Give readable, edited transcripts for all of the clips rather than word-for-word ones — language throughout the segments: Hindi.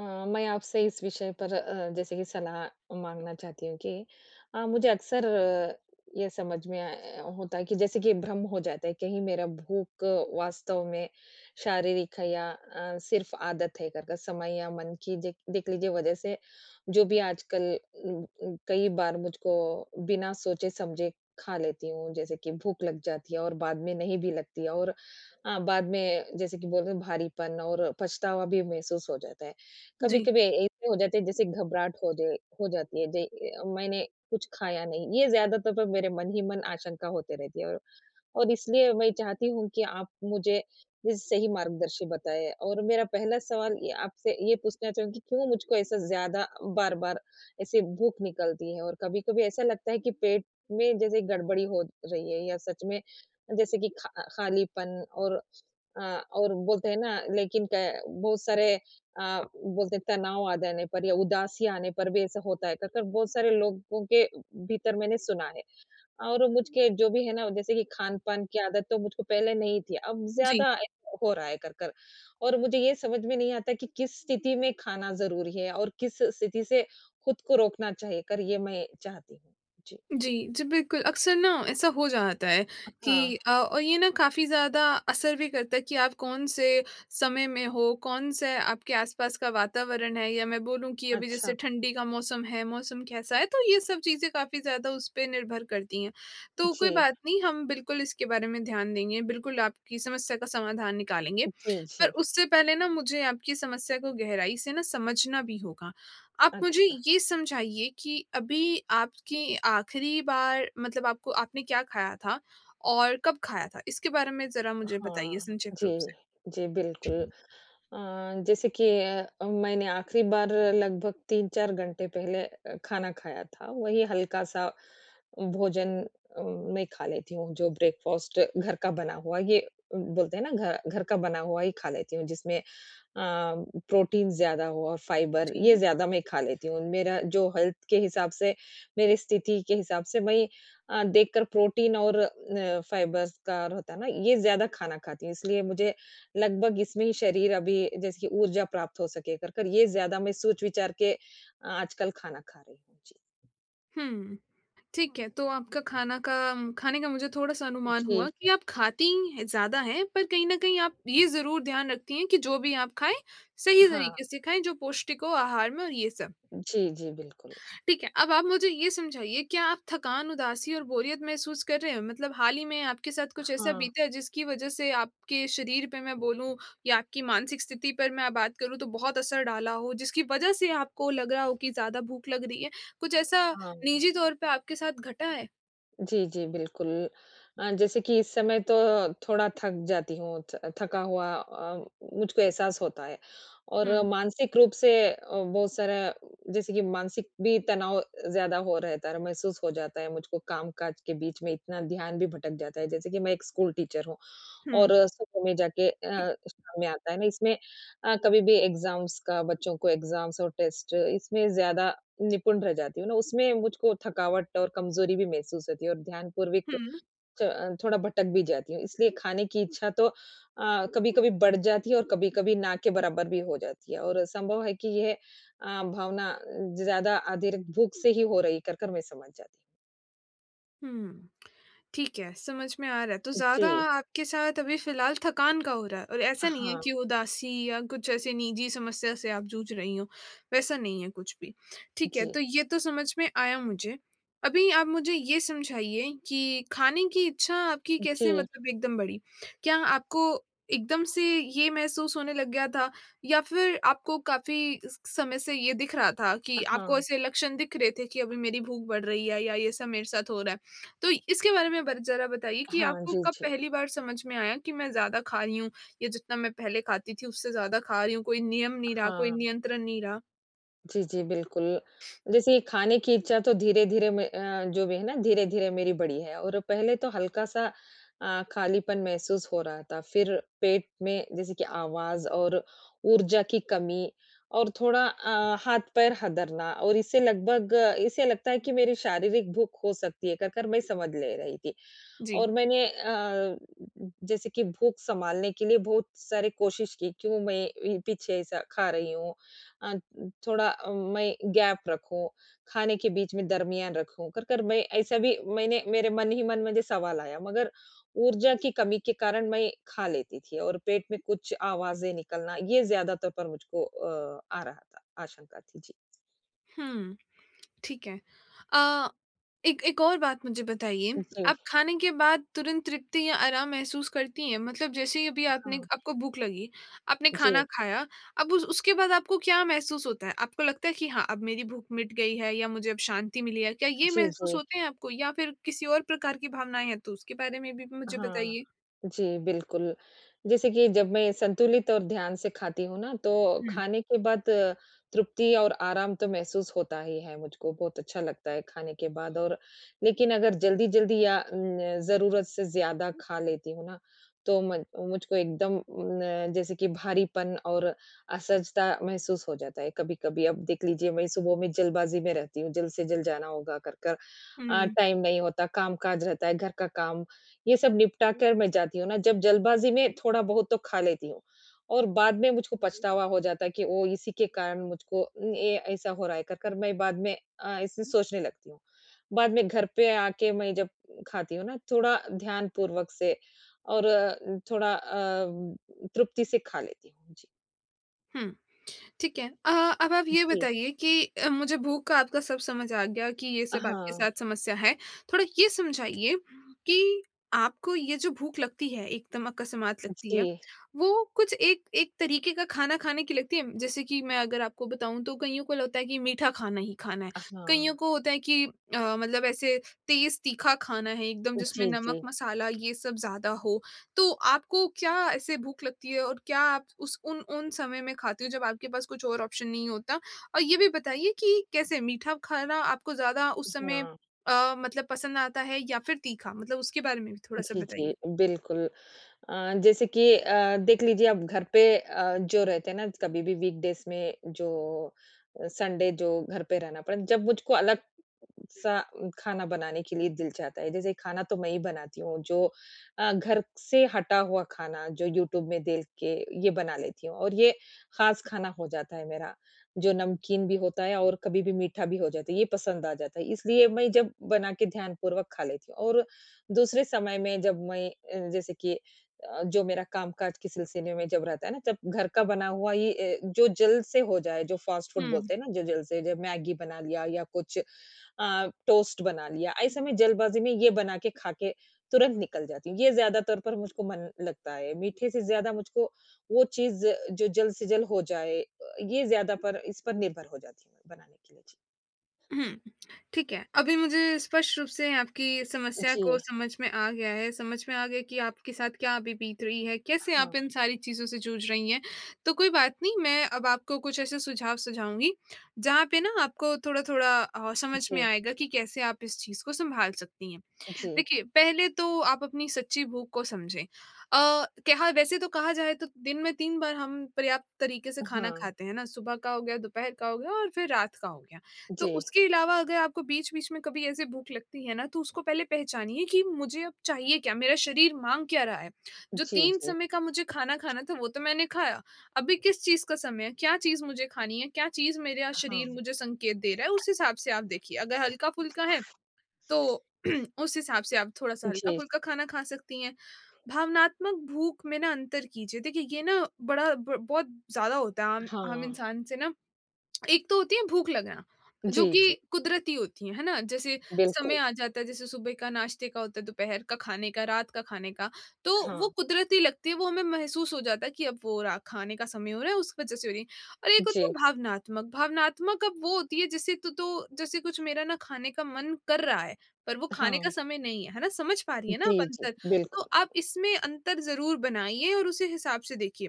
मैं आपसे इस विषय पर जैसे कि सलाह माँगना चाहती हूँ कि मुझे अक्सर ये समझ में आ होता है कि जैसे कि भ्रम हो जाता है, कहीं मेरा भूख वास्तव में शारीरिक है या सिर्फ़ आदत है कर कर समय या मन की जे देख लीजिए वजह से जो भी आजकल कई बार मुझको बिना सोचे-समझे खा लेती हूँ, जैसे कि भूख लग जाती है और बाद में नहीं भी लगती है और बाद में जैसे कि बोलते हैं भारीपन और पछतावा भी महसूस हो जाता है। जी, कभी-कभी ऐसे हो जाते हैं जैसे घबराहट हो जाए हो जाती है जे मैंने कुछ खाया नहीं, ये ज़्यादातर तो मेरे मन ही मन आशंका होते रहती है और इसलिए मैं चाहती हूँ कि आप मुझे इस सही मार्गदर्शन बताएँ। और मेरा पहला सवाल ये आपसे ये पूछना चाहूँगी क्यों मुझको ऐसा ज़्यादा बार-बार ऐसे भूख निकलती है? और कभी-कभी ऐसा लगता है कि पेट में जैसे गड़बड़ी हो रही है या सच में जैसे कि खा खालीपन और अ, और बोलते हैं ना लेकिन क बहुत सारे बोलते हैं तनाव आ जाने पर या उदासी आने पर भी ऐसा होता है। कर बहुत सारे लोगों के भीतर मैंने सुना है। और मुझके जो भी है ना जैसे कि खान-पान की आदत तो मुझको पहले नहीं थी, अब जी, ज़्यादा ऐसा हो रहा है कर, कर। और मुझे ये समझ में नहीं आता कि किस स्थिति में खाना ज़रूरी है और किस स्थिति से खुद को रोकना चाहिए कर, ये मैं चाहती हूँ। जी। जी, जी, बिल्कुल, अक्सर ना ऐसा हो जाता है कि हाँ। और ये ना काफ़ी ज़्यादा असर भी करता है कि आप कौन-से समय में हो, कौन-से आपके आसपास का वातावरण है या मैं बोलूँ कि अभी अच्छा, जैसे ठंडी का मौसम है, मौसम कैसा है, तो ये सब चीज़ें काफ़ी ज़्यादा उस पे निर्भर करती हैं। तो कोई जी। बात नहीं, हम बिल्कुल इसके बारे में ध्यान देंगे, बिल्कुल आपकी समस्या का समाधान निकालेंगे। जी, पर जी। उससे पहले ना मुझे आपकी समस्या को गहराई से ना समझना भी होगा। आप मुझे अच्छा। ये समझाइए कि अभी आपकी आखिरी बार मतलब आपको आपने क्या खाया था और कब खाया था? इसके बारे में ज़रा मुझे बताइए हाँ, संक्षिप्त जी, रूप से। जी, बिल्कुल। अ, जैसे कि मैंने आखिरी बार लगभग 3-4 घंटे पहले खाना खाया था, वही हल्का-सा भोजन में खा लेती हूँ, जो ब्रेकफ़ास्ट घर का बना हुआ ये बोलते हैं ना घर घर का बना हुआ ही खा लेती हूँ जिसमें अ, प्रोटीन ज़्यादा हो और फाइबर ये जी। ज़्यादा मैं खा लेती हूँ। मेरा जो हेल्थ के हिसाब से मेरी स्थिति के हिसाब से वही देखकर प्रोटीन और फाइबर्स का होता है ना ये ज़्यादा खाना खाती हूँ। इसलिए मुझे लगभग इसमें ही शरीर अभी जैसे कि ऊर्जा प्राप्त हो सके कर-कर ये ज़्यादा मैं सोच विचार के आजकल खाना खा रही हूँ। जी। हुँ, ठीक है, तो आपका खाना का खाने का मुझे थोड़ा-सा अनुमान जी, हुआ कि आप खाती हैं ज़्यादा हैं, पर कहीं न कहीं आप ये ज़रूर ध्यान रखती हैं कि जो भी आप खाएँ, सही हाँ। तरीके से खाएँ, जो पौष्टिक हो आहार में और ये सब। जी, जी, बिल्कुल। ठीक है, अब आप मुझे ये समझाइए, क्या आप थकान, उदासी और बोरियत महसूस कर रहे हो? मतलब हाल ही में आपके साथ कुछ ऐसा हाँ, बीता है जिसकी वज़ह से आपके शरीर पे मैं बोलूँ या आपकी मानसिक स्थिति पर मैं बात करूँ तो बहुत असर डाला हो, जिसकी वज़ह से आपको लग रहा हो कि ज़्यादा भूख लग रही है? कुछ ऐसा हाँ। निजी तौर पे आपके साथ घटा है? जी, जी, बिल्कुल। जैसे कि इस समय तो थोड़ा थक जाती हूँ, थ थका हुआ मुझको एहसास होता है और हुँ, मानसिक रूप से बहुत सारा जैसे कि मानसिक भी तनाव ज़्यादा हो रहता है, महसूस हो जाता है मुझको काम-काज के बीच में इतना ध्यान भी भटक जाता है, जैसे कि मैं एक स्कूल टीचर हूँ। और हुँ, सुबह में जाके शाम में आता है ना इसमें कभी भी एग्ज़ाम्स का बच्चों को एग्ज़ाम्स और टेस्ट इसमें ज़्यादा निपुण रह जाती हूँ ना, उसमें मुझको थकावट और कमज़ोरी भी महसूस होती है और ध्यानपूर्वक हुँ। च थोड़ा भटक भी जाती हूँ। इसलिए खाने की इच्छा तो कभी-कभी बढ़ जाती है और कभी-कभी ना के बराबर भी हो जाती है और संभव है कि यह भावना ज़्यादा अतिरिक्त भूख से ही हो रही कर कर मैं समझ जाती हुँ। ठीक है, समझ में आ रहा है। तो हूँ। ज़्यादा जी। आपके साथ अभी फ़िलहाल थकान का हो रहा है और ऐसा नहीं है हाँ, कि उदासी या कुछ ऐसी निजी समस्या से आप जूझ रही हो, वैसा नहीं है कुछ भी। ठीक है, जी। तो ये तो समझ में आया मुझे। अभी आप मुझे ये समझाइए कि खाने की इच्छा आपकी कैसे जी। मतलब एकदम बढ़ी? क्या आपको एकदम से ये महसूस होने लग गया था या फिर आपको काफ़ी स समय से ये दिख रहा था कि आपको हाँ, ऐसे लक्षण दिख रहे थे कि अभी मेरी भूख बढ़ रही है या ये सब मेरे साथ हो रहा है? तो इसके बारे में बर ज़रा बताइए कि हाँ, आपको जी, कब जी। पहली बार समझ में आया कि मैं ज़्यादा खा रही हूँ या जितना मैं पहले खाती थी उससे ज़्यादा खा रही हूँ, कोई नियम नहीं रहा, कोई हाँ। नियंत्रण नहीं रहा? जी, जी, बिल्कुल। जैसे ये खाने की इच्छा तो धीरे-धीरे में जो भी है ना धीरे-धीरे मेरी बढ़ी है और पहले तो हल्का-सा खालीपन महसूस हो रहा था। फिर पेट में जैसे कि आवाज़ और ऊर्जा की कमी और थोड़ा हाथ-पैर हदरना और इससे लगभग इसे लगता है कि मेरी शारीरिक भूख हो सकती है कहकर मैं समझ ले रही थी। जी। और मैंने जैसे कि भूख सँभालने के लिए बहुत सारी कोशिश की, क्यों मैं इ पीछे ऐसा खा रही हूँ अ, थोड़ा मैं गैप रखूँ, खाने के बीच में दरमियान रखूँ, कर कर मैं ऐसा भी मैंने मेरे मन ही मन मुझे सवाल आया, मगर ऊर्जा की कमी के कारण मैं खा लेती थी और पेट में कुछ आवाज़ें निकलना, ये ज़्यादा तौर पर मुझको आ रहा था, आशंका थी। जी। हुँ। ठीक है। अ, एक एक और बात मुझे बताइए, जी, आप खाने के बाद तुरंत तृप्ति या आराम महसूस करती हैं? मतलब जैसे ही अभी आपने हाँ। आपको भूख लगी, आपने खाना जी, खाया, अब उस उसके बाद आपको क्या महसूस होता है? आपको लगता है कि हाँ, अब मेरी भूख मिट गई है या मुझे अब शांति मिली है, क्या ये जी, महसूस जी। होते हैं आपको या फिर किसी और प्रकार की भावनाएँ हैं? तो उसके बारे में भी मुझे हाँ। बताइए। जी, बिल्कुल। जैसे कि जब मैं संतुलित और ध्यान से खाती हूँ ना, तो हुँ। खाने के बाद तृप्ति और आराम तो महसूस होता ही है मुझको, बहुत अच्छा लगता है खाने के बाद और लेकिन अगर जल्दी-जल्दी या न ज़रूरत से ज़्यादा खा लेती हूँ ना, तो मन मुझको एकदम न जैसे कि भारीपन और असहजता महसूस हो जाता है कभी-कभी। अब देख लीजिए, मैं सुबह में जल्दबाज़ी में रहती हूँ, जल्द से जल्द जाना होगा कर कर। हुँ, टाइम नहीं होता, काम-काज रहता है, घर का काम ये सब निपटा कर मैं जाती हूँ ना, जब जल्दबाज़ी में थोड़ा बहुत तो खा लेती हूँ और बाद में मुझको पछतावा हो जाता है कि ओह! इसी के कारण मुझको ये ऐसा हो रहा है कर कर मैं बाद में ऐसे सोचने लगती हूँ। बाद में घर पे आके मैं जब खाती हूँ ना, थोड़ा ध्यानपूर्वक से और थोड़ा तृप्ति से खा लेती हूँ। जी। हुँ। ठीक है। अब आप ये जी। बताइए कि मुझे भूख का आपका सब समझ आ गया कि ये सब आपके हाँ। साथ समस्या है। थोड़ा ये समझाइए कि आपको ये जो भूख लगती है, एकदम अकस्मात लगती जी। है, वो कुछ एक एक तरीके का खाना खाने की लगती है? जैसे कि मैं अगर आपको बताऊँ तो कइयों को होता है कि मीठा खाना ही खाना है, कइयों हाँ। को होता है कि मतलब ऐसे तेज़ तीखा खाना है एकदम जिसमें जी, नमक, जी। मसाला ये सब ज़्यादा हो। तो आपको क्या ऐसे भूख लगती है और क्या आप उस उन उन समय में खाती हो जब आपके पास कुछ और ऑप्शन नहीं होता? और ये भी बताइए कि कैसे मीठा खाना आपको ज़्यादा उस समय हाँ। मतलब पसंद आता है या फिर तीखा? मतलब उसके बारे में भी थोड़ा-सा जी, जी। बताइए? बिल्कुल। जैसे कि देख लीजिए आप घर पे जो रहते हैं ना कभी भी वीकडेज़ में जो संडे जो घर पे रहना पड़ा, जब मुझको अलग सा खाना बनाने के लिए दिल चाहता है। जैसे खाना तो मैं ही बनाती हूँ जो घर से हटा हुआ खाना जो यूट्यूब में देख के ये बना लेती हूँ और ये ख़ास खाना हो जाता है मेरा, जो नमकीन भी होता है और कभी भी मीठा भी हो जाता है, ये पसंद आ जाता है। इसलिए मैं जब बना के ध्यानपूर्वक खा लेती हूँ और दूसरे समय में जब मैं जैसे कि जो मेरा कामकाज के सिलसिले में जब रहता है ना, तब घर का बना हुआ ये जो जल्द से हो जाए, जो फ़ास्ट फ़ूड हुँ, बोलते हैं ना, जो जल्द से जब मैगी बना लिया या कुछ अ, टोस्ट बना लिया। ऐसे में जल्दबाज़ी में ये बना के खा के तुरंत निकल जाती हूँ। ये ज़्यादा तौर पर मुझको मन लगता है। मीठे से ज़्यादा मुझको वो चीज़ जो जल्द से जल्द हो जाए ये ज़्यादा पर इस पर निर्भर हो जाती हूँ मैं बनाने के लिए। जी। हुँ। ठीक है। अभी मुझे स्पष्ट रूप से आपकी समस्या जी, को समझ में आ गया है, समझ में आ गया कि आपके साथ क्या अभी बीत रही है, कैसे हाँ। आप इन सारी चीज़ों से जूझ रही हैं। तो कोई बात नहीं, मैं अब आपको कुछ ऐसे सुझाव सुझाऊँगी, जहाँ पे ना आपको थोड़ा-थोड़ा समझ में जी, आएगा कि कैसे आप इस चीज़ को सँभाल सकती हैं। जी। देखिए, पहले तो आप अपनी सच्ची भूख को समझें। अ, कहा वैसे तो कहा जाए तो दिन में 3 बार हम पर्याप्त तरीके से खाना हाँ। खाते हैं ना, सुबह का हो गया, दोपहर का हो गया और फिर रात का हो गया। तो जी, उसके अलावा अगर आपको बीच-बीच में कभी ऐसे भूख लगती है ना, तो उसको पहले पहचानिए कि मुझे अब चाहिए क्या? मेरा शरीर माँग क्या रहा है? जो जी, 3 जी। समय का मुझे खाना खाना था, वो तो मैंने खाया। अभी किस चीज़ का समय है? क्या चीज़ मुझे खानी है? क्या चीज़ मेरा शरीर हाँ। मुझे संकेत दे रहा है? उस हिसाब से आप देखिए। अगर हल्का-फुल्का है तो उस हिसाब से आप थोड़ा-सा जी, हल्का-फुल्का खाना खा सकती हैं। भावनात्मक भूख में ना अंतर कीजिए। देखिए, ये ना बड़ा ब बहुत ज़्यादा होता है आम आम हाँ। इंसान से ना एक तो होती है भूख लगना, जो जी, कि जी। कुदरती होती है ना? जैसे बिल्कुल। समय आ जाता है, जैसे सुबह का नाश्ते का होता है, दोपहर का खाने का, रात का खाने का, तो हाँ। वो कुदरती लगती है, वो हमें महसूस हो जाता है कि अब वो रा खाने का समय हो रहा है, उस वजह से हो रही है। और एक होती जी। है भावनात्मक, भावनात्मक अब वो होती है जैसे तो जैसे कुछ मेरा ना खाने का मन कर रहा है, पर वो खाने का हाँ। समय नहीं है, है ना? समझ पा रही हैं ना आप जी, जी। अंतर? तो बिल्कुल। आप इसमें अंतर ज़रूर बनाइए और उसी हिसाब से देखिए।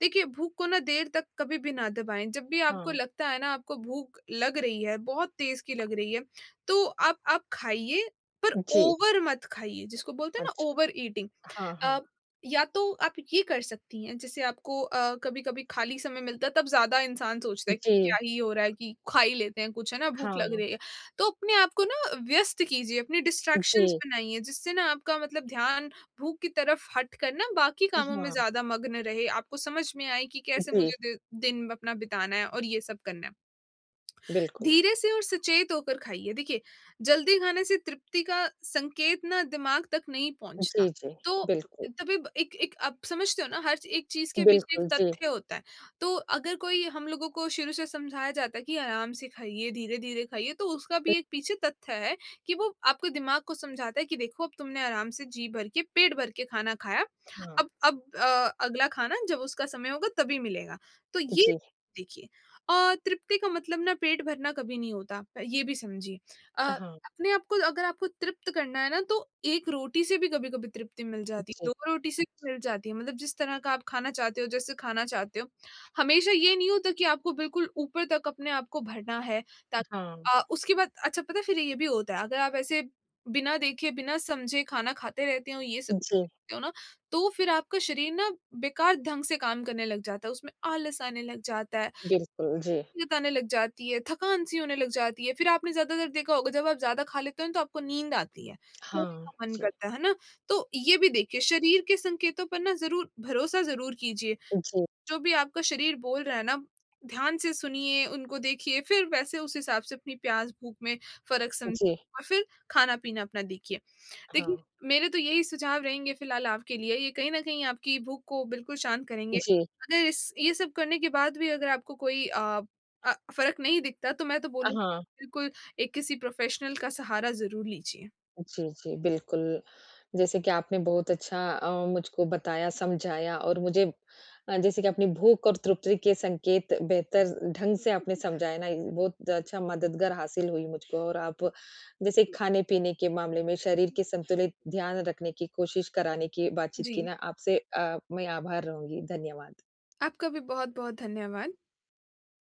देखिए, भूख को ना देर तक कभी भी ना दबाएँ। जब भी आपको हाँ। लगता है ना आपको भूख लग रही है, बहुत तेज़ की लग रही है, तो आप खाइए पर जी। ओवर मत खाइए, जिसको बोलते हैं ना अच्छा। Over eating. हाँ, अ, हाँ। या तो आप ये कर सकती हैं जैसे आपको कभी-कभी खाली समय मिलता है तब ज़्यादा इंसान सोचता है जी। कि क्या ही हो रहा है कि खा ही लेते हैं कुछ है ना, भूख लग हाँ। रही है। तो अपने आप को ना व्यस्त कीजिए, अपने डिस्ट्रैक्शंस जी। बनाइए जिससे ना आपका मतलब ध्यान भूख की तरफ हट कर ना बाकी कामों में हाँ। ज़्यादा मग्न रहे। आपको समझ में आए कि कैसे जी। मुझे दि दिन अपना बिताना है और ये सब करना है। बिल्कुल। धीरे से और सचेत होकर खाइए। देखिए, जल्दी खाने से तृप्ति का संकेत ना दिमाग तक नहीं जी, पहुँचता। जी, तो बिल्कुल, तभी ब एक एक आप समझते हो ना हर एक चीज़ के पीछे एक बिल्कुल, जी। तथ्य होता है। तो अगर कोई हम लोगों को शुरू से समझाया जाता है कि आराम से खाइए, धीरे-धीरे खाइए तो उसका अ, भी एक पीछे तथ्य है कि वो आपके दिमाग को समझाता है कि देखो अब तुमने आराम से जी भर के, पेट भर के खाना खाया। हाँ, अगला खाना जब उसका समय होगा तभी मिलेगा। तो ये जी, देखिए तृप्ति का मतलब ना पेट भरना कभी नहीं होता, ये भी समझिए। अ, हाँ, अपने आप को अगर आपको तृप्त करना है ना तो 1 रोटी से भी कभी-कभी तृप्ति मिल जाती है, जी। 2 रोटी से अच्छा, भी मिल जाती है, मतलब जिस तरह का आप खाना चाहते हो, जैसे खाना चाहते हो। हमेशा ये नहीं होता कि आपको बिल्कुल ऊपर तक अपने आप को भरना है ता हाँ, उसके बाद अच्छा पता है फिर ये भी होता है, अगर आप ऐसे बिना देखे, बिना समझे खाना खाते रहते हो, ये सब जी, करते रहते हो ना, तो फिर आपका शरीर ना बेकार ढंग से काम करने लग जाता है, उसमें आलस आने लग जाता है। बिल्कुल, जी, जताने लग जाती है, थकान-सी होने लग जाती है, फिर आपने ज़्यादातर देखा होगा जब आप ज़्यादा खा लेते हो ना तो आपको नींद आती है, सोने हाँ, का मन जी, करता है ना? तो ये भी देखिए शरीर के संकेतों पर ना ज़रूर भरोसा ज़रूर कीजिए। जी, जो भी आपका शरीर बोल रहा है ना, ध्यान से सुनिए, उनको देखिए, फिर वैसे उस हिसाब से अपनी प्यास, भूख में फ़र्क जी, समझिए और फिर खाना-पीना अपना देखिए। हाँ, देखिए, मेरे तो यही सुझाव रहेंगे फ़िलहाल आपके लिए, ये कहीं न कहीं आपकी भूख को बिल्कुल शांत करेंगे। जी, अगर इस ये सब करने के बाद भी अगर आपको कोई फ़र्क नहीं दिखता, तो मैं तो बोलूँगी हाँ, बिल्कुल एक किसी प्रोफ़ेशनल का सहारा ज़रूर लीजिए। जी, जी, बिल्कुल। जैसे कि आपने बहुत अच्छा मुझको बताया, समझाया और मुझे जैसे कि अपनी भूख और तृप्ति के संकेत बेहतर ढंग से आपने समझाया ना, ये बहुत अच्छा मददगार हासिल हुई मुझको और आप जैसे खाने-पीने के मामले में शरीर के संतुलित ध्यान रखने की कोशिश कराने की बातचीत की जी, ना, आपसे मैं आभार रहूँगी। धन्यवाद। आपका भी बहुत-बहुत धन्यवाद।